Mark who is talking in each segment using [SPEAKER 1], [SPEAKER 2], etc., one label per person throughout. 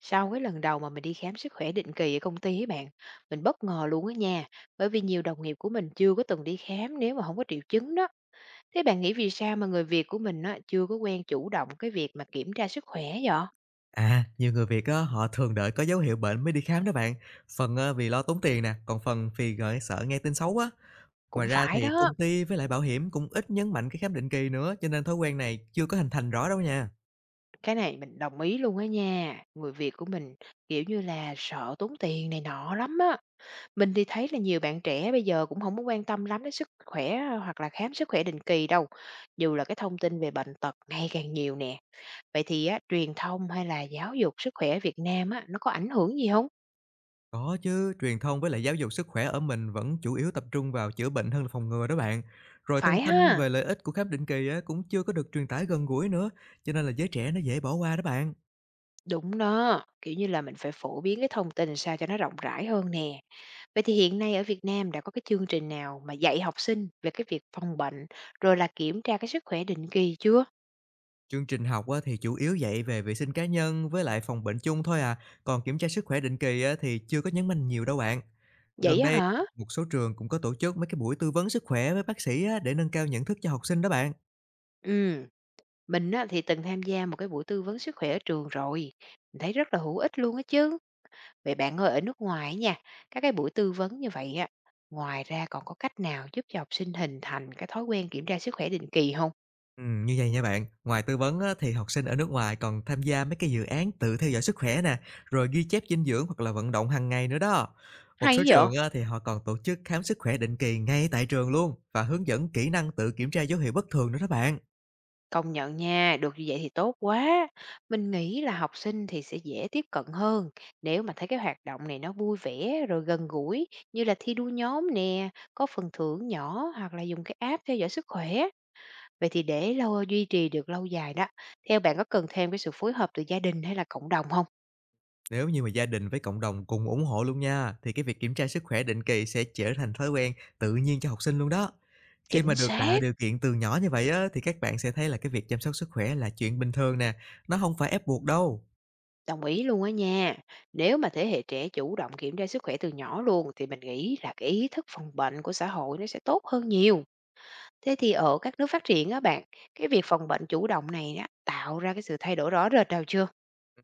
[SPEAKER 1] Sau cái lần đầu mà mình đi khám sức khỏe định kỳ ở công ty ấy bạn, mình bất ngờ luôn á nha, bởi vì nhiều đồng nghiệp của mình chưa có từng đi khám nếu mà không có triệu chứng đó. Thế bạn nghĩ vì sao mà người Việt của mình á chưa có quen chủ động cái việc mà kiểm tra sức khỏe vậy?
[SPEAKER 2] À, nhiều người Việt á, họ thường đợi có dấu hiệu bệnh mới đi khám đó bạn. Phần vì lo tốn tiền nè, còn phần vì ngại sợ nghe tin xấu á.
[SPEAKER 1] Cũng
[SPEAKER 2] Ngoài ra
[SPEAKER 1] phải
[SPEAKER 2] thì
[SPEAKER 1] đó,
[SPEAKER 2] công ty với lại bảo hiểm cũng ít nhấn mạnh cái khám định kỳ nữa, cho nên thói quen này chưa có hình thành rõ đâu nha.
[SPEAKER 1] cái này mình đồng ý luôn á nha. Người Việt của mình kiểu như là sợ tốn tiền này nọ lắm á. Mình thì thấy là nhiều bạn trẻ bây giờ cũng không có quan tâm lắm đến sức khỏe hoặc là khám sức khỏe định kỳ đâu. Dù là cái thông tin về bệnh tật ngày càng nhiều nè. Vậy thì á, truyền thông hay là giáo dục sức khỏe Việt Nam á, nó có ảnh hưởng gì không?
[SPEAKER 2] Có chứ, truyền thông với lại giáo dục sức khỏe ở mình vẫn chủ yếu tập trung vào chữa bệnh hơn là phòng ngừa đó bạn. Rồi
[SPEAKER 1] Phải
[SPEAKER 2] thông tin
[SPEAKER 1] ha?
[SPEAKER 2] về lợi ích của khám định kỳ á, cũng chưa có được truyền tải gần gũi nữa, cho nên là giới trẻ nó dễ bỏ qua đó bạn.
[SPEAKER 1] Đúng đó, kiểu như là, mình phải phổ biến cái thông tin sao cho nó rộng rãi hơn nè. Vậy thì hiện nay ở Việt Nam đã có cái chương trình nào mà dạy học sinh về cái việc phòng bệnh, rồi là kiểm tra cái sức khỏe định kỳ chưa?
[SPEAKER 2] Chương trình học á, thì chủ yếu dạy về vệ sinh cá nhân với lại phòng bệnh chung thôi à, còn kiểm tra sức khỏe định kỳ á, thì chưa có nhấn mạnh nhiều đâu bạn.
[SPEAKER 1] Vậy
[SPEAKER 2] Gần
[SPEAKER 1] á
[SPEAKER 2] đây,
[SPEAKER 1] hả?
[SPEAKER 2] một số trường cũng có tổ chức mấy cái buổi tư vấn sức khỏe với bác sĩ á, để nâng cao nhận thức cho học sinh đó bạn.
[SPEAKER 1] Ừm, mình á, thì từng tham gia một cái buổi tư vấn sức khỏe ở trường rồi, mình thấy rất là hữu ích luôn á chứ. Vậy bạn ơi, ở nước ngoài á nha, các cái buổi tư vấn như vậy á, ngoài ra còn có cách nào giúp cho học sinh hình thành cái thói quen kiểm tra sức khỏe định kỳ không?
[SPEAKER 2] Ừ, như vậy nha bạn, ngoài tư vấn á, thì học sinh ở nước ngoài còn tham gia mấy cái dự án tự theo dõi sức khỏe nè, rồi ghi chép dinh dưỡng hoặc là vận động hàng ngày nữa đó. Một số
[SPEAKER 1] Hay vậy?
[SPEAKER 2] trường á, thì họ còn tổ chức khám sức khỏe định kỳ ngay tại trường luôn và hướng dẫn kỹ năng tự kiểm tra dấu hiệu bất thường nữa đó bạn.
[SPEAKER 1] Công nhận nha, được như vậy thì tốt quá. Mình nghĩ là học sinh thì sẽ dễ tiếp cận hơn nếu mà thấy cái hoạt động này nó vui vẻ rồi gần gũi, như là thi đua nhóm nè, có phần thưởng nhỏ hoặc là dùng cái app theo dõi sức khỏe. Vậy thì để lâu, duy trì được lâu dài đó, theo bạn có cần thêm cái sự phối hợp từ gia đình hay là cộng đồng không?
[SPEAKER 2] Nếu như mà gia đình với cộng đồng cùng ủng hộ luôn nha, thì cái việc kiểm tra sức khỏe định kỳ sẽ trở thành thói quen tự nhiên cho học sinh luôn đó. Khi mà
[SPEAKER 1] Chính
[SPEAKER 2] được tạo
[SPEAKER 1] xác.
[SPEAKER 2] điều kiện từ nhỏ như vậy á, thì các bạn sẽ thấy là cái việc chăm sóc sức khỏe là chuyện bình thường nè, nó không phải ép buộc đâu.
[SPEAKER 1] Đồng ý luôn á nha. Nếu mà thế hệ trẻ chủ động kiểm tra sức khỏe từ nhỏ luôn thì mình nghĩ là cái ý thức phòng bệnh của xã hội nó sẽ tốt hơn nhiều. Thế thì ở các nước phát triển á bạn, cái việc phòng bệnh chủ động này á, tạo ra cái sự thay đổi rõ rệt nào chưa?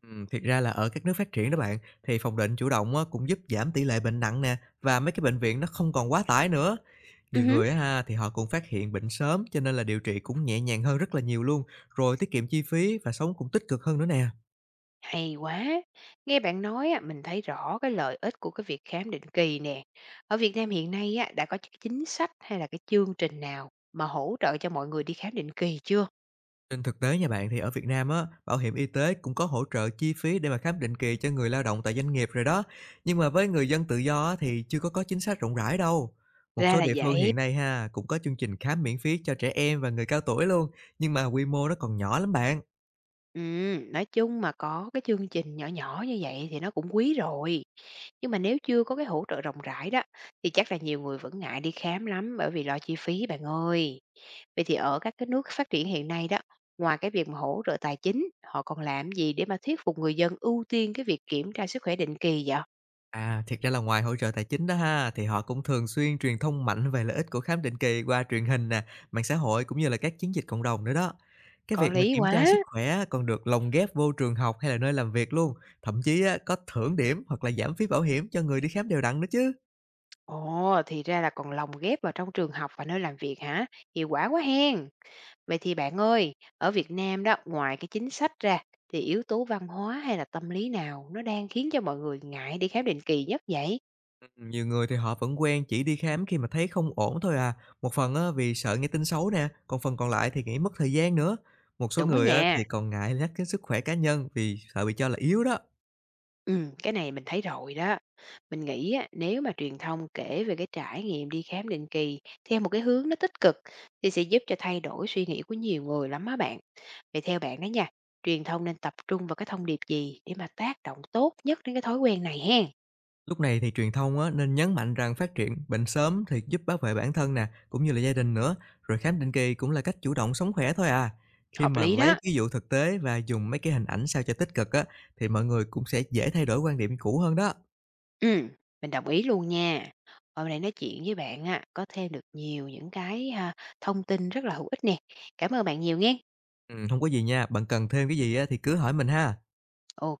[SPEAKER 2] Thiệt ra là ở các nước phát triển đó bạn, thì phòng bệnh chủ động á, cũng giúp giảm tỷ lệ bệnh nặng nè, và mấy cái bệnh viện nó không còn quá tải nữa.
[SPEAKER 1] Ừ
[SPEAKER 2] Nhiều
[SPEAKER 1] hứ.
[SPEAKER 2] người á ha, thì họ cũng phát hiện bệnh sớm cho nên là điều trị cũng nhẹ nhàng hơn rất là nhiều luôn, rồi tiết kiệm chi phí và sống cũng tích cực hơn nữa nè.
[SPEAKER 1] Hay quá. Nghe bạn nói á, mình thấy rõ cái lợi ích của cái việc khám định kỳ nè. Ở Việt Nam hiện nay á, đã có cái chính sách hay là cái chương trình nào mà hỗ trợ cho mọi người đi khám định kỳ chưa?
[SPEAKER 2] Trên thực tế nha bạn, thì ở Việt Nam á, bảo hiểm y tế cũng có hỗ trợ chi phí để mà khám định kỳ cho người lao động tại doanh nghiệp rồi đó. Nhưng mà với người dân tự do á, thì chưa có chính sách rộng rãi đâu. Một
[SPEAKER 1] Ra
[SPEAKER 2] số
[SPEAKER 1] là
[SPEAKER 2] địa phương
[SPEAKER 1] vậy.
[SPEAKER 2] hiện nay ha, cũng có chương trình khám miễn phí cho trẻ em và người cao tuổi luôn, nhưng mà quy mô nó còn nhỏ lắm bạn.
[SPEAKER 1] Nói chung mà có cái chương trình nhỏ nhỏ như vậy thì nó cũng quý rồi. Nhưng mà nếu chưa có cái hỗ trợ rộng rãi đó, thì chắc là nhiều người vẫn ngại đi khám lắm bởi vì lo chi phí bạn ơi. Vậy thì ở các cái nước phát triển hiện nay đó, ngoài cái việc mà hỗ trợ tài chính, họ còn làm gì để mà thuyết phục người dân ưu tiên cái việc kiểm tra sức khỏe định kỳ vậy?
[SPEAKER 2] À, thiệt ra là ngoài hỗ trợ tài chính đó ha, thì họ cũng thường xuyên truyền thông mạnh về lợi ích của khám định kỳ qua truyền hình nè, mạng xã hội cũng như là các chiến dịch cộng đồng nữa đó. Cái
[SPEAKER 1] Có
[SPEAKER 2] việc mà
[SPEAKER 1] lý
[SPEAKER 2] kiểm tra
[SPEAKER 1] quá.
[SPEAKER 2] sức khỏe còn được lồng ghép vô trường học hay là nơi làm việc luôn, thậm chí á, có thưởng điểm hoặc là giảm phí bảo hiểm cho người đi khám đều đặn nữa chứ.
[SPEAKER 1] Ồ, thì ra là còn lồng ghép vào trong trường học và nơi làm việc hả? Hiệu quả quá hen. Vậy thì bạn ơi, ở Việt Nam đó, ngoài cái chính sách ra thì yếu tố văn hóa hay là tâm lý nào nó đang khiến cho mọi người ngại đi khám định kỳ nhất vậy?
[SPEAKER 2] Ừ, nhiều người thì họ vẫn quen chỉ đi khám khi mà thấy không ổn thôi à, một phần á, vì sợ nghe tin xấu nè, còn phần còn lại thì nghĩ mất thời gian nữa. Một số
[SPEAKER 1] Đúng đó
[SPEAKER 2] người á,
[SPEAKER 1] nha.
[SPEAKER 2] thì còn ngại nhắc đến sức khỏe cá nhân vì sợ bị cho là yếu đó.
[SPEAKER 1] Ừ, cái này mình thấy rồi đó. Mình nghĩ á, nếu mà truyền thông kể về cái trải nghiệm đi khám định kỳ theo một cái hướng nó tích cực thì sẽ giúp cho thay đổi suy nghĩ của nhiều người lắm á bạn. Vậy theo bạn đó nha, truyền thông nên tập trung vào cái thông điệp gì để mà tác động tốt nhất đến cái thói quen này hen?
[SPEAKER 2] Lúc này thì truyền thông á, nên nhấn mạnh rằng phát triển bệnh sớm thì giúp bảo vệ bản thân nè, cũng như là gia đình nữa. Rồi khám định kỳ cũng là cách chủ động sống khỏe thôi à. Khi
[SPEAKER 1] Hợp
[SPEAKER 2] mà
[SPEAKER 1] lý
[SPEAKER 2] lấy
[SPEAKER 1] đó.
[SPEAKER 2] ví dụ thực tế và dùng mấy cái hình ảnh sao cho tích cực á, thì mọi người cũng sẽ dễ thay đổi quan điểm cũ hơn đó.
[SPEAKER 1] Ừ, mình đồng ý luôn nha. Hôm nay nói chuyện với bạn á, có thêm được nhiều những cái, thông tin rất là hữu ích nè. Cảm ơn bạn nhiều nghen.
[SPEAKER 2] Ừ, không có gì nha, bạn cần thêm cái gì á, thì cứ hỏi mình ha.
[SPEAKER 1] OK.